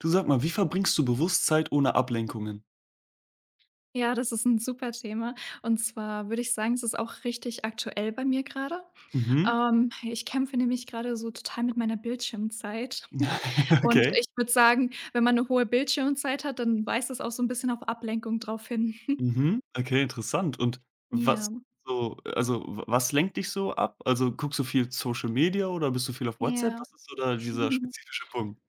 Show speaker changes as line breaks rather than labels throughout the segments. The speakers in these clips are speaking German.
Du sag mal, wie verbringst du bewusst Zeit ohne Ablenkungen?
Ja, das ist 'n super Thema. Und zwar würde ich sagen, es ist auch richtig aktuell bei mir grade.
Mhm.
Ich kämpfe nämlich grade so total mit meiner Bildschirmzeit. Und
Okay.
ich würde sagen, wenn man 'ne hohe Bildschirmzeit hat, dann weist das auch so 'n bisschen auf Ablenkung drauf hin.
Mhm. Okay, interessant. Und was
Ja,
so also, w was lenkt dich so ab? Also, guckst du viel Social Media oder bist du viel auf WhatsApp?
ja.
Was ist so da dieser spezifische Punkt?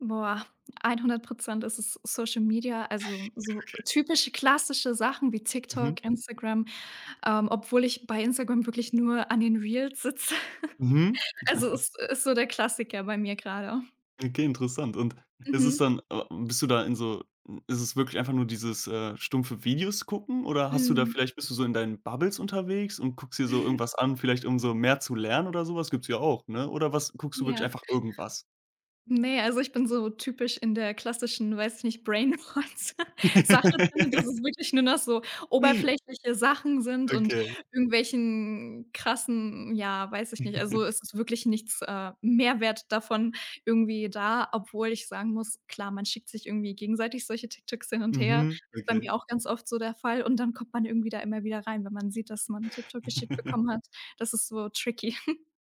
Boah, 100 ist es Social Media, also so typische klassische Sachen wie
Mhm.
TikTok, Instagram, obwohl ich bei Instagram wirklich nur an den Reels sitze.
Mhm.
Also, ist so der Klassiker bei mir grade.
Okay, interessant. Und ist es
Mhm.
dann bist du da in so ist es wirklich einfach nur dieses, stumpfe Videos gucken oder hast du da
Mhm.
vielleicht bist du so in deinen Bubbles unterwegs und guckst dir so irgendwas an, vielleicht um so mehr zu lernen oder sowas. Gibt's ja auch, ne? Oder was guckst du wirklich
Ja.
einfach irgendwas?
Ne, also ich bin so typisch in der klassischen, weiß ich nicht, Brainrot-Sache drin, dass es wirklich nur noch so oberflächliche Sachen sind und
Okay.
irgendwelchen krassen ja, weiß ich nicht. Also, es ist wirklich nichts, Mehrwert davon irgendwie da, obwohl ich sagen muss, klar, man schickt sich irgendwie gegenseitig solche TikToks hin und her.
Mhm,
Ist bei
okay.
mir auch ganz oft so der Fall und dann kommt man irgendwie da immer wieder rein, wenn man sieht, dass man 'n TikTok geschickt bekommen hat. Das ist so tricky.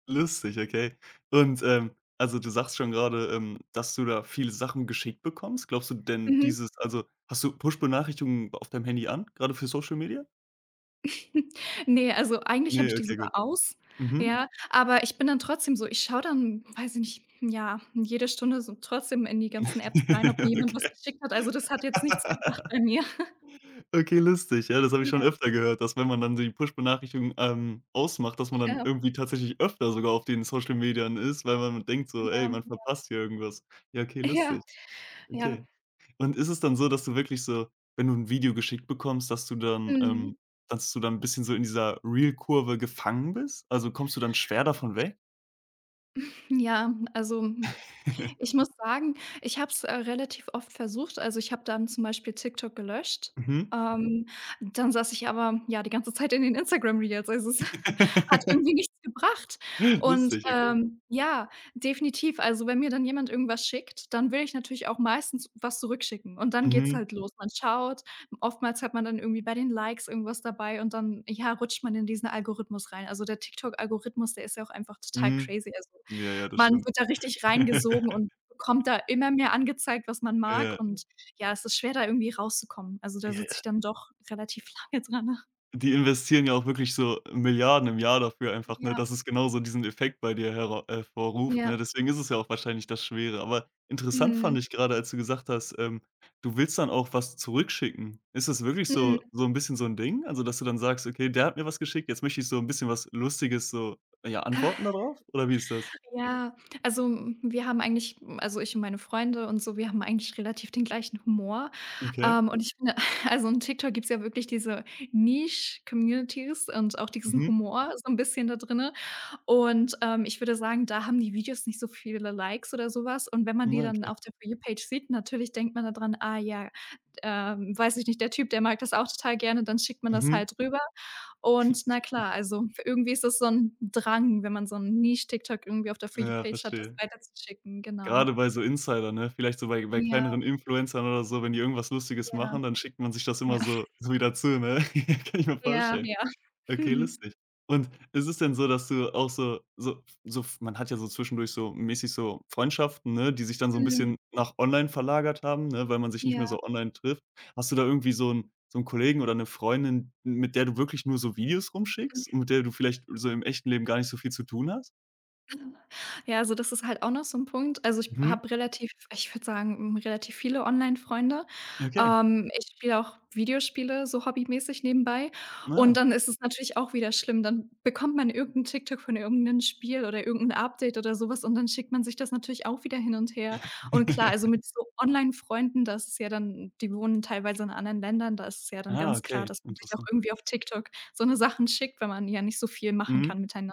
Lustig, okay. Und, also, du sagst schon gerade, dass du da viele Sachen geschickt bekommst. Glaubst du denn
Mhm.
dieses, also, hast du Push-Benachrichtigungen auf deinem Handy an, gerade für Social Media?
Ne, also eigentlich habe ich
Ne,
die
okay,
sogar
gut.
aus,
Mhm.
ja, aber ich bin dann trotzdem so ich schaue dann, weiß ich nicht, ja, jede Stunde so trotzdem in die ganzen Apps rein, ob mir jemand was
Okay.
geschickt hat. Also, das hat jetzt nichts gebracht bei mir.
Okay, lustig. Ja, das habe ich schon öfter gehört, dass, wenn man dann so die Push-Benachrichtigung, ausmacht, dass man
Ja,
dann
ja,
irgendwie tatsächlich öfter sogar auf den Social Medien ist, weil man denkt so: „Ey,
ja,
man verpasst hier irgendwas.“ Ja, okay,
ja,
lustig.
ja.
Okay. Und ist es dann so, dass du wirklich so, wenn du ein Video geschickt bekommst,
Mhm.
dass du dann ein bisschen so in dieser real kurve gefangen bist? Also, kommst du dann schwer davon weg?
Ja, also ich muss sagen, ich habe es, relativ oft versucht. Also, ich habe dann zum Beispiel TikTok gelöscht.
Mhm.
Mhm. Dann saß ich aber, ja, die ganze Zeit in den Instagram Reels. Also, es hat irgendwie nichts gebracht. Und,
Lustig, okay.
ja, definitiv. Also, wenn mir dann jemand irgendwas schickt, dann will ich natürlich auch meistens was zurückschicken. Und dann geht's
Mhm,
halt los. Man schaut, oftmals hat man dann irgendwie bei den Likes irgendwas dabei und dann, ja, rutscht man in diesen Algorithmus rein. Also, der TikTok-Algorithmus, der ist ja auch einfach total
mhm.
crazy. Also
Ja, ja, das
man
stimmt.
wird da richtig reingesogen und bekommt da immer mehr angezeigt, was man mag
Ja.
und ja, es ist schwer, da irgendwie rauszukommen. Also, da sitze
Ja,
ich dann doch relativ lange dran.
die investieren ja auch wirklich so Milliarden im Jahr dafür einfach, ne,
Ja,
dass es genau so diesen Effekt bei dir hera hervorruft,
ja.
ne? Deswegen ist es ja auch wahrscheinlich das Schwere. Aber interessant fand
Mhm.
ich grade, als du gesagt hast, du willst dann auch was zurückschicken. Ist das wirklich so
Mhm.
so 'n bisschen so 'n Ding? Also, dass du dann sagst: „Okay, der hat mir was geschickt, jetzt möchte ich so 'n bisschen was Lustiges so, ja, antworten da drauf?“ Oder wie ist das?
Ja, also, wir haben eigentlich also, ich und meine Freunde und so, wir haben eigentlich relativ den gleichen Humor.
Okay.
Und ich finde also, in TikTok gibt's ja wirklich diese Niche-Communities und auch diesen
Mhm.
Humor so 'n bisschen da drin. Und, ich würde sagen, da haben die Videos nicht so viele Likes oder sowas. Und wenn man die
Na,
dann
okay.
auf der For You Page sieht, natürlich denkt man daran: „Ah ja, weiß ich nicht, der Typ, der mag das auch total gerne“, dann schickt man das
Mhm.
halt rüber. Und na klar, also irgendwie ist es so ein Drang, wenn man so ein Niche-TikTok irgendwie auf der For You
Ja,
Page hat, das
verstehe.
weiterzuschicken, genau.
Gerade bei so Insider, ne? Vielleicht so bei
Ja,
kleineren Influencern oder so, wenn die irgendwas Lustiges
ja,
machen, dann schickt man sich das
ja,
immer so so wieder zu, ne? Kann ich mir
ja,
vorstellen.
ja.
Okay,
Mhm.
lustig. Und ist es denn so, dass du auch so man hat ja so zwischendurch so mäßig so Freundschaften, ne, die sich dann so ein
Mhm,
bisschen nach online verlagert haben, ne, weil man sich nicht mehr
ja.
so online trifft. Hast du da irgendwie so einen Kollegen oder eine Freundin, mit der du wirklich nur so Videos rumschickst und mit der du vielleicht so im echten Leben gar nicht so viel zu tun hast?
Ja, also das ist halt auch noch so 'n Punkt. Also, ich
Mhm.
habe relativ ich würde sagen, relativ viele Online-Freunde.
Okay.
Ich spiele auch Videospiele so hobbymäßig nebenbei und
Ah.
dann ist es natürlich auch wieder schlimm. Dann bekommt man irgend 'n TikTok von irgend 'nem Spiel oder irgend 'n Update oder so was und dann schickt man sich das natürlich auch wieder hin und her. Und klar, also mit so Online-Freunden, das ist ja dann die wohnen teilweise in anderen Ländern, da ist es ja dann
Ah,
ganz klar,
okay,
dass man sich auch
interessant.
irgendwie auf TikTok so 'ne Sachen schickt, weil man ja nicht so viel machen
Mhm.
kann miteinander.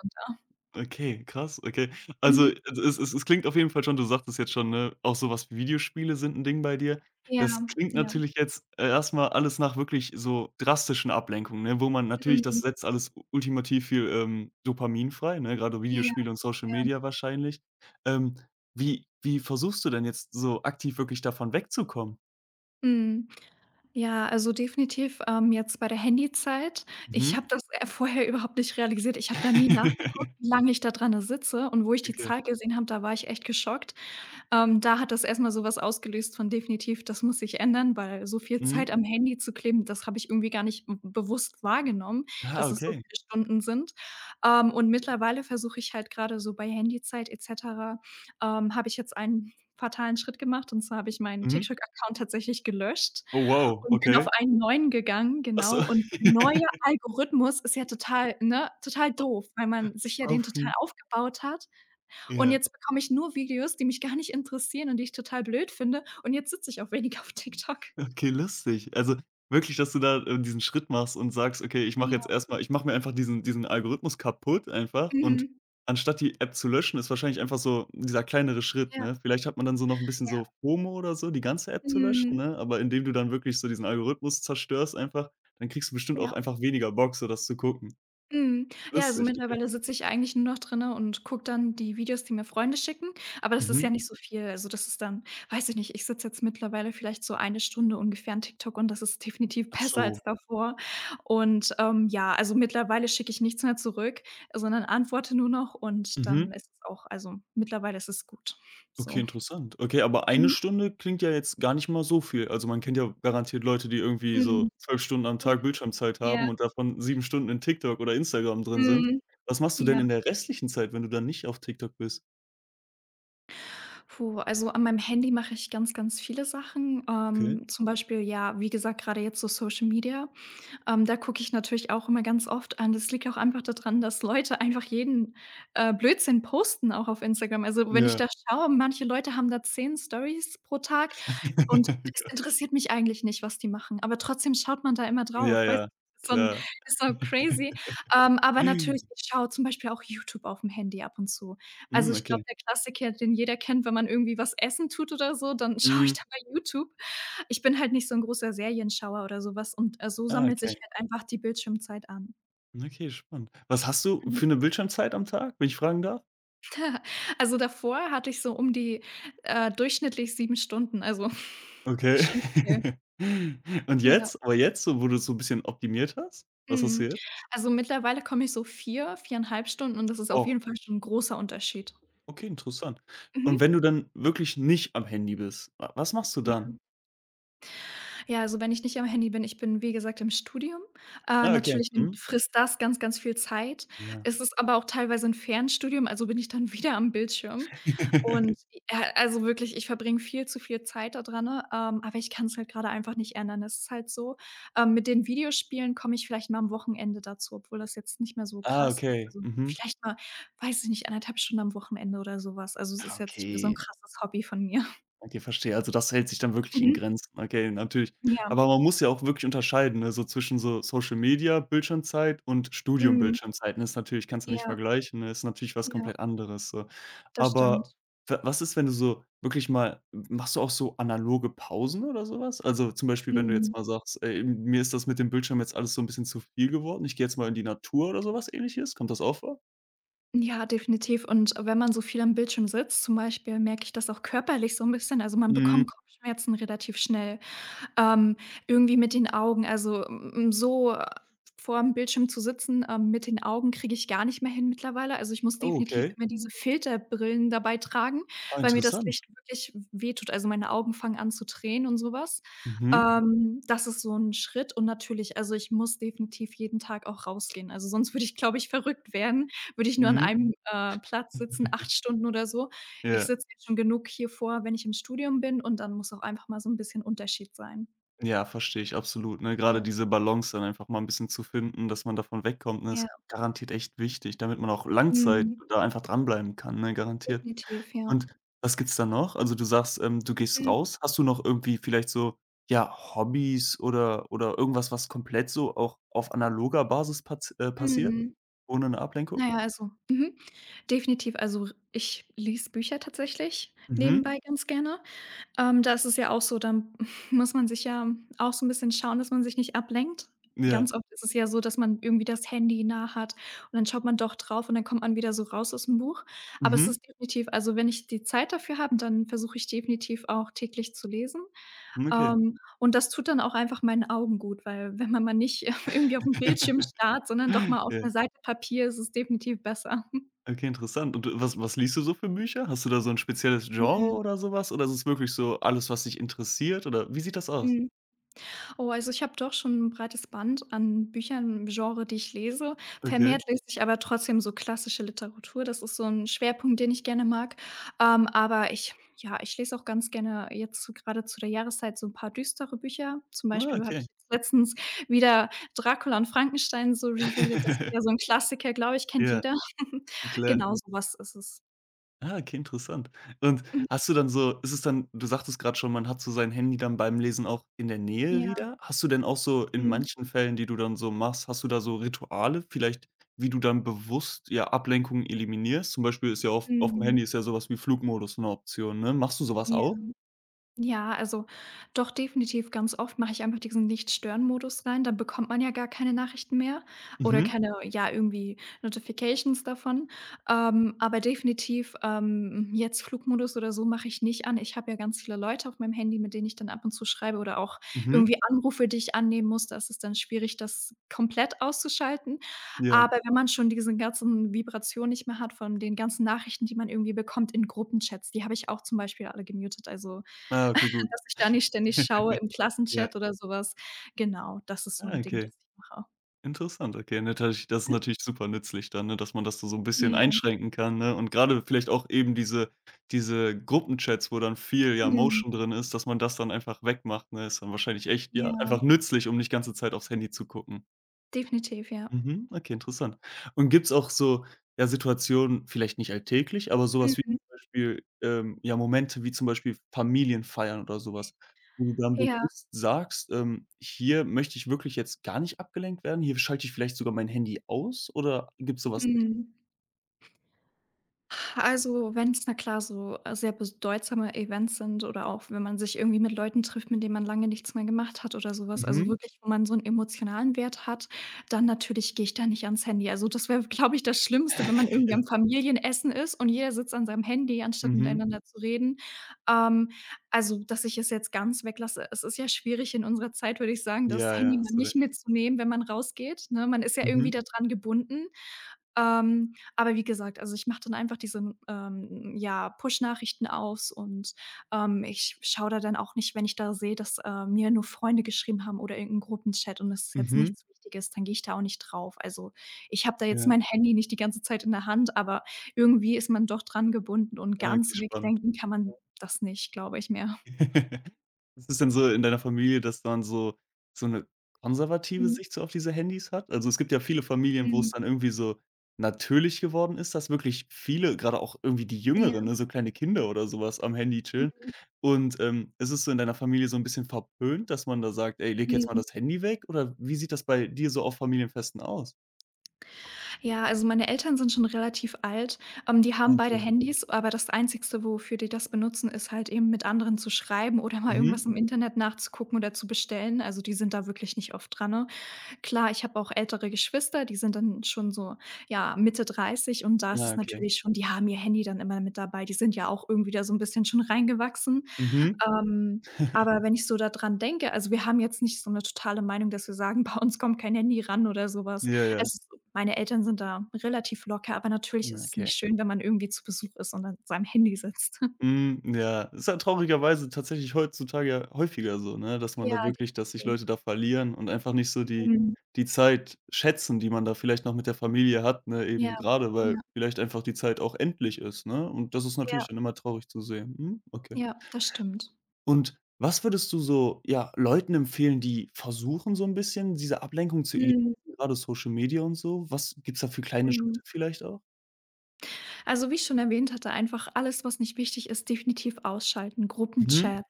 Okay, krass, okay. Also,
Mhm.
es klingt auf jeden Fall schon, du sagtest jetzt schon, ne, auch so was wie Videospiele sind 'n Ding bei dir.
Ja,
Das klingt
ja.
natürlich jetzt erstmal alles nach wirklich so drastischen Ablenkungen, ne, wo man natürlich das
Mhm.
setzt alles ultimativ viel, Dopamin frei, ne, grade
Ja,
Videospiele und Social
ja.
Media wahrscheinlich. Ähm, wie versuchst du denn jetzt so aktiv wirklich davon wegzukommen?
Mhm. Ja, also definitiv, jetzt bei der Handyzeit. Ich
Mhm.
habe das, vorher überhaupt nicht realisiert. Ich habe da nie nachgeguckt, wie lange ich da dran sitze und wo ich die
Okay.
Zahl gesehen habe, da war ich echt geschockt. Da hat das erst mal so was ausgelöst von definitiv, das muss sich ändern, weil so viel
Mhm.
Zeit am Handy zu kleben, das habe ich irgendwie gar nicht m bewusst wahrgenommen,
Ah,
dass es so
okay.
viele Stunden sind. Und mittlerweile versuche ich halt gerade so bei Handyzeit et cetera, habe ich jetzt einen fatalen Schritt gemacht, und zwar habe ich meinen
Mhm.
TikTok-Account tatsächlich gelöscht
Oh wow,
und bin auf
okay.
einen neuen gegangen,
Ach so.
genau. Und der neue Algorithmus ist ja total ne, total doof, weil man sich ja den
Auf
total
'n
aufgebaut hat und
Ja,
jetzt bekomme ich nur Videos, die mich gar nicht interessieren und die ich total blöd finde und jetzt sitze ich auch weniger auf TikTok.
okay, lustig. Also, wirklich, dass du da, diesen Schritt machst und sagst: „Okay, ich mache
Ja.
jetzt erst mal ich mache mir einfach diesen Algorithmus kaputt einfach“, und
Mhm.
anstatt die App zu löschen, ist wahrscheinlich einfach so dieser kleinere Schritt,
Ja,
ne? Vielleicht hat man dann so noch 'n bisschen so
ja.
FOMO oder so, die ganze App zu löschen,
Mhm.
ne? Aber indem du dann wirklich so diesen Algorithmus zerstörst einfach, dann kriegst du bestimmt auch
Ja.
einfach weniger Bock, so das zu gucken.
Mhm. Ja, also
Lustig, okay.
mittlerweile sitze ich eigentlich nur noch drinne und gucke dann die Videos, die mir Freunde schicken, aber das ist
Mhm.
ja nicht so viel. Also, das ist dann weiß ich nicht, ich sitze jetzt mittlerweile vielleicht so 1 Stunde ungefähr an TikTok und das ist definitiv
Ach
besser
so.
als davor. Und, ja, also mittlerweile schicke ich nichts mehr zurück, sondern antworte nur noch und dann
Mhm.
ist es auch also mittlerweile ist es gut.
Okay,
So.
interessant. Okay, aber eine
Mhm.
Stunde klingt ja jetzt gar nicht mal so viel. Also, man kennt ja garantiert Leute, die irgendwie so
Mhm.
12 Stunden am Tag Bildschirmzeit
Ja.
haben und davon 7 Stunden in TikTok oder Instagram drin sind.
Mhm.
Was machst du denn
Ja.
in der restlichen Zeit, wenn du dann nicht auf TikTok bist?
Puh, also an meinem Handy mache ich ganz, ganz viele Sachen.
Okay.
Zum Beispiel, ja, wie gesagt, gerade jetzt so Social Media. Da gucke ich natürlich auch immer ganz oft an. Das liegt auch einfach daran, dass Leute einfach jeden Blödsinn posten, auch auf Instagram. Also wenn ich
Ja.
da schaue, manche Leute haben da 10 Stories pro Tag und es interessiert mich eigentlich nicht, was die machen. Aber trotzdem schaut man da immer
Ja,
drauf. Weißt du,
ja,
ist so, 'n
klar.
ist so crazy. Aber natürlich, ich schaue zum Beispiel auch YouTube auf dem Handy ab und zu. Also,
Hm,
ich
okay.
glaube, der Klassiker, den jeder kennt, wenn man irgendwie was essen tut oder so, dann schaue
Hm.
ich da bei YouTube. Ich bin halt nicht so 'n großer Serienschauer oder so was und, so
Ah,
sammelt sich
okay.
halt einfach die Bildschirmzeit an.
Okay, spannend. Was hast du
Mhm.
für eine Bildschirmzeit am Tag, wenn ich fragen darf?
Also, davor hatte ich so um die, durchschnittlich 7 Stunden, also
Okay.
schon viel.
Und
Ja,
jetzt? Aber jetzt, so wo du es so ein bisschen optimiert hast? Was hast
mhm.
du jetzt?
Also, mittlerweile komme ich so 4, 4,5 Stunden und das ist auf
Och,
jeden Fall schon 'n großer Unterschied.
okay, interessant.
Mhm.
Und wenn du dann wirklich nicht am Handy bist, wa was machst du dann?
Ja, also wenn ich nicht am Handy bin ich bin, wie gesagt, im Studium.
Ah, okay.
Natürlich nimmt
Mhm.
frisst das ganz, ganz viel Zeit.
Ja.
Es ist aber auch teilweise ein Fernstudium, also bin ich dann wieder am Bildschirm. Und, also wirklich, ich verbringe viel zu viel Zeit da dran, ne? Aber ich kann es halt gerade einfach nicht ändern. Es ist halt so. Mit den Videospielen komme ich vielleicht mal am Wochenende dazu, obwohl das jetzt nicht mehr so
Ah,
krass ist.
okay.
Also
Mhm.
vielleicht mal, weiß ich nicht, 1,5 Stunden am Wochenende oder sowas. Also es
Ah,
ist jetzt nicht mehr so ein
okay.
krasses Hobby von mir.
Okay, verstehe. Also, das hält sich dann wirklich in
Mhm.
Grenzen. Okay, natürlich. Aber
Ja.
man muss ja auch wirklich unterscheiden, ne, so zwischen so Social Media Bildschirmzeit und Studium
Mhm.
Bildschirmzeit, ne? Ist natürlich, kannst du nicht
Ja.
vergleichen, ne? Ist natürlich was
Ja.
komplett anderes so.
Das
Aber
stimmt.
w was ist, wenn du so wirklich mal, machst du auch so analoge Pausen oder sowas? Also, zum Beispiel, wenn du jetzt
Mhm.
mal sagst: „Ey, mir ist das mit dem Bildschirm jetzt alles so ein bisschen zu viel geworden. Ich gehe jetzt mal in die Natur“ oder sowas Ähnliches? Kommt das auch vor?
Ja, definitiv. Und wenn man so viel am Bildschirm sitzt, zum Beispiel, merke ich das auch körperlich so ein bisschen. Also, man
Mhm.
bekommt Kopfschmerzen relativ schnell. Ähm, irgendwie mit den Augen, also, so vor dem Bildschirm zu sitzen, mit den Augen kriege ich gar nicht mehr hin mittlerweile. Also, ich muss
Oh,
definitiv
okay.
immer diese Filterbrillen dabei tragen,
Ah,
weil mir das
interessant.
Licht wirklich wehtut. Also, meine Augen fangen an zu tränen und sowas.
Mhm.
Das ist so ein Schritt und natürlich also, ich muss definitiv jeden Tag auch rausgehen. Also, sonst würde ich, glaube ich, verrückt werden, würde ich nur an
Mhm.
einem, Platz sitzen, 8 Stunden oder so. Ich
Ja.
sitze jetzt schon genug hier vor, wenn ich im Studium bin und dann muss auch einfach mal so ein bisschen Unterschied sein.
Ja, verstehe ich absolut, ne? Grade
Ja,
diese Balance dann einfach mal ein bisschen zu finden, dass man davon wegkommt, ne, ist
ja,
garantiert echt wichtig, damit man auch Langzeit
mhm,
da einfach dranbleiben kann, ne, garantiert.
definitiv, ja.
Und was gibt's da noch? Also, du sagst, du gehst
Mhm,
raus. Hast du noch irgendwie vielleicht so, ja, Hobbys oder irgendwas, was komplett so auch auf analoger Basis paz passiert,
mhm.
ohne eine Ablenkung?
Na ja, also definitiv. Also, r ich lese Bücher tatsächlich
Mhm.
nebenbei ganz gerne. Da ist es ja auch so, dann muss man sich ja auch so 'n bisschen schauen, dass man sich nicht ablenkt.
Ja.
Ganz oft ist es ja so, dass man irgendwie das Handy nah hat und dann schaut man doch drauf und dann kommt man wieder so raus aus'm Buch. Aber es
Mhm.
ist definitiv also, wenn ich die Zeit dafür habe, dann versuche ich definitiv auch täglich zu lesen.
Mhm, okay.
Und das tut dann auch einfach meinen Augen gut, weil wenn man mal nicht irgendwie auf dem Bildschirm starrt, sondern doch mal auf
Ja.
'ner Seite Papier, ist es definitiv besser.
Okay, interessant. Und was liest du so für Bücher? Hast du da so ein spezielles Genre
Mhm.
oder sowas? Oder ist es wirklich so alles, was dich interessiert, oder wie sieht das aus?
Mhm. Oh, also ich habe doch schon ein breites Band an Büchern im Genre, die ich lese.
Okay.
Vermehrt lese ich aber trotzdem so klassische Literatur. Das ist so ein Schwerpunkt, den ich gerne mag. Aber ich ja, ich lese auch ganz gerne jetzt so grade zu der Jahreszeit so ein paar düstere Bücher. Zum
Ah,
Beispiel habe ich
okay.
jetzt letztens wieder „Dracula und Frankenstein“ so rereadet. Das ist ja so ein Klassiker, glaube ich, kennt
Ja,
jeder.
klar.
Genau so was ist es.
Ah, okay, interessant. Und
Mhm.
hast du dann so, ist es dann, du sagtest gerade schon, man hat so sein Handy dann beim Lesen auch in der Nähe
Ja.
wieder. Hast du denn auch so in
Mhm.
manchen Fällen, die du dann so machst, hast du da so Rituale vielleicht, wie du dann bewusst, ja, Ablenkungen eliminierst? Zum Beispiel ist ja auf dem
Mhm.
Handy ist ja sowas wie Flugmodus eine Option, ne? Machst du sowas
Ja.
auch?
Ja, also doch definitiv ganz oft mache ich einfach diesen Nicht-Stören-Modus rein. Dann bekommt man ja gar keine Nachrichten mehr oder
Mhm,
keine, ja, irgendwie Notifications davon. Aber definitiv jetzt Flugmodus oder so mache ich nicht an. Ich habe ja ganz viele Leute auf meinem Handy, mit denen ich dann ab und zu schreibe oder auch
mhm.
irgendwie Anrufe, die ich annehmen muss. Da ist es dann schwierig, das komplett auszuschalten.
Ja.
Aber wenn man schon diese ganzen Vibrationen nicht mehr hat von den ganzen Nachrichten, die man irgendwie bekommt in Gruppenchats, die habe ich auch zum Beispiel alle gemutet. Also
Ah, okay, gut.
dass ich da nicht ständig schaue im
Ja.
Klassenchat oder so was. Genau, das ist so
Ah,
'n Ding,
okay.
das ich mache.
Interessant, okay. Ne, dadurch, das ist
Mhm.
natürlich super nützlich dann, ne, dass man das so 'n bisschen
Ja.
einschränken kann, ne? Und gerade vielleicht auch eben diese Gruppenchats, wo dann viel, ja,
Mhm.
Motion drin ist, dass man das dann einfach wegmacht, ne? Ist dann wahrscheinlich echt, ja,
Ja,
einfach nützlich, um nicht ganze Zeit aufs Handy zu gucken.
definitiv, ja.
Mhm, okay, interessant. Und gibt's auch so, ja, Situationen, vielleicht nicht alltäglich, aber sowas wie
Mhm.
zum Beispiel, ja, Momente wie zum Beispiel Familienfeiern oder sowas, wo du dann
Ja.
bewusst sagst: hier möchte ich wirklich jetzt gar nicht abgelenkt werden, hier schalte ich vielleicht sogar mein Handy aus“, oder gibt's sowas?
Mhm. Also, wenn es na klar so, sehr bedeutsame Events sind oder auch wenn man sich irgendwie mit Leuten trifft, mit denen man lange nichts mehr gemacht hat oder sowas,
Nicht?
also
Mhm,
wirklich, wo man so 'n emotionalen Wert hat, dann natürlich gehe ich da nicht ans Handy. Also, das wäre, glaube ich, das Schlimmste, wenn man irgendwie
ja,
am Familienessen ist und jeder sitzt an seinem Handy, anstatt
mhm,
miteinander zu reden. Ähm, also, dass ich es jetzt ganz weglasse, es ist ja schwierig in unserer Zeit, würde ich sagen, das
ja, ja,
Handy mal
hast du
nicht
recht.
mitzunehmen, wenn man rausgeht, ne? Man ist ja irgendwie
Mhm,
da dran gebunden. Aber wie gesagt, also, ich mache dann einfach diese, ja, Push-Nachrichten aus, und ich schaue da dann auch nicht, wenn ich da sehe, dass mir nur Freunde geschrieben haben oder irgend Gruppenchat und das ist jetzt
mhm,
nichts Wichtiges, dann gehe ich da auch nicht drauf. Also, ich habe da jetzt
ja,
mein Handy nicht die ganze Zeit in der Hand, aber irgendwie ist man doch dran gebunden und
ah, okay,
ganz
spannend.
wegdenken kann man das nicht, glaube ich mehr.
Ist es denn so in deiner Familie, dass dann so eine konservative
Mhm,
Sicht so auf diese Handys hat? Also, es gibt ja viele Familien, wo es
mhm,
dann irgendwie so natürlich geworden ist, dass wirklich viele, gerade auch irgendwie die
ja,
Jüngeren, ne, so kleine Kinder oder sowas, am Handy chillen.
mhm,
Und, ist es so in deiner Familie so ein bisschen verpönt, dass man da sagt: „Ey, leg jetzt mal
mhm.
das Handy weg“, oder wie sieht das bei dir so auf Familienfesten aus?
Ja, also meine Eltern sind schon relativ alt. Die
Ah,
haben beide, mhm,
okay.
Handys, aber das Einzigste, wofür die das benutzen, ist halt eben mit anderen zu schreiben oder mal
Mhm.
irgendwas im, mhm, Internet nachzugucken oder zu bestellen. Also die sind da wirklich nicht oft dran. Ne? Klar, ich habe auch ältere Geschwister, die sind dann schon so, ja, Mitte dreißig, und da ist
Ah,
es
okay.
natürlich schon, die haben ihr Handy dann immer mit dabei. Die sind ja auch irgendwie da so ein bisschen schon reingewachsen.
Mhm.
Ähm, aber wenn ich so da dran denke, also, wir haben jetzt nicht so 'ne totale Meinung, dass wir sagen: „Bei uns kommt kein Handy ran“ oder so was.
Ja, ja.
Also, meine Eltern sind da relativ locker, aber natürlich
Hm,
ist es
okay.
nicht schön, wenn man irgendwie zu Besuch ist und an seinem Handy sitzt.
Hm, ja, ist ja traurigerweise tatsächlich heutzutage ja häufiger so, ne, dass man
Ja,
da wirklich, dass sich
definitiv.
Leute da verlieren und einfach nicht so die
Mhm.
die Zeit schätzen, die man da vielleicht noch mit der Familie hat, ne,
Ja.
eben gerade, weil
Ja.
vielleicht einfach die Zeit auch endlich ist, ne? Und das ist natürlich
Ja,
dann immer traurig zu sehen. Mhm, okay.
ja, das stimmt.
Und was würdest du so, ja, Leuten empfehlen, die versuchen, so ein bisschen diese Ablenkung zu eliminieren,
Mhm.
grade Social Media und so? Was gibt's da für kleine
Mhm.
Schritte vielleicht auch?
Also, wie ich schon erwähnt hatte, einfach alles, was nicht wichtig ist, definitiv ausschalten.
Mhm.
Gruppenchats,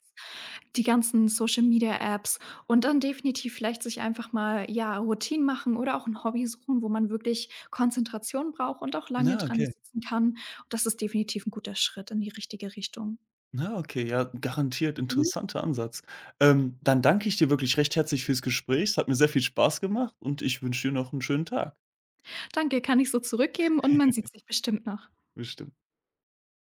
die ganzen Social-Media-Apps, und dann definitiv vielleicht sich einfach mal, ja, Routinen machen oder auch ein Hobby suchen, wo man wirklich Konzentration braucht und auch lange
Ja,
dran
okay.
sitzen kann. Das ist definitiv ein guter Schritt in die richtige Richtung.
Na, okay, ja, garantiert
Mhm.
interessanter Ansatz. Dann danke ich dir wirklich recht herzlich fürs Gespräch. Es hat mir sehr viel Spaß gemacht und ich wünsche dir noch einen schönen Tag.
Danke, kann ich so zurückgeben, und man sieht sich bestimmt noch.
Bestimmt.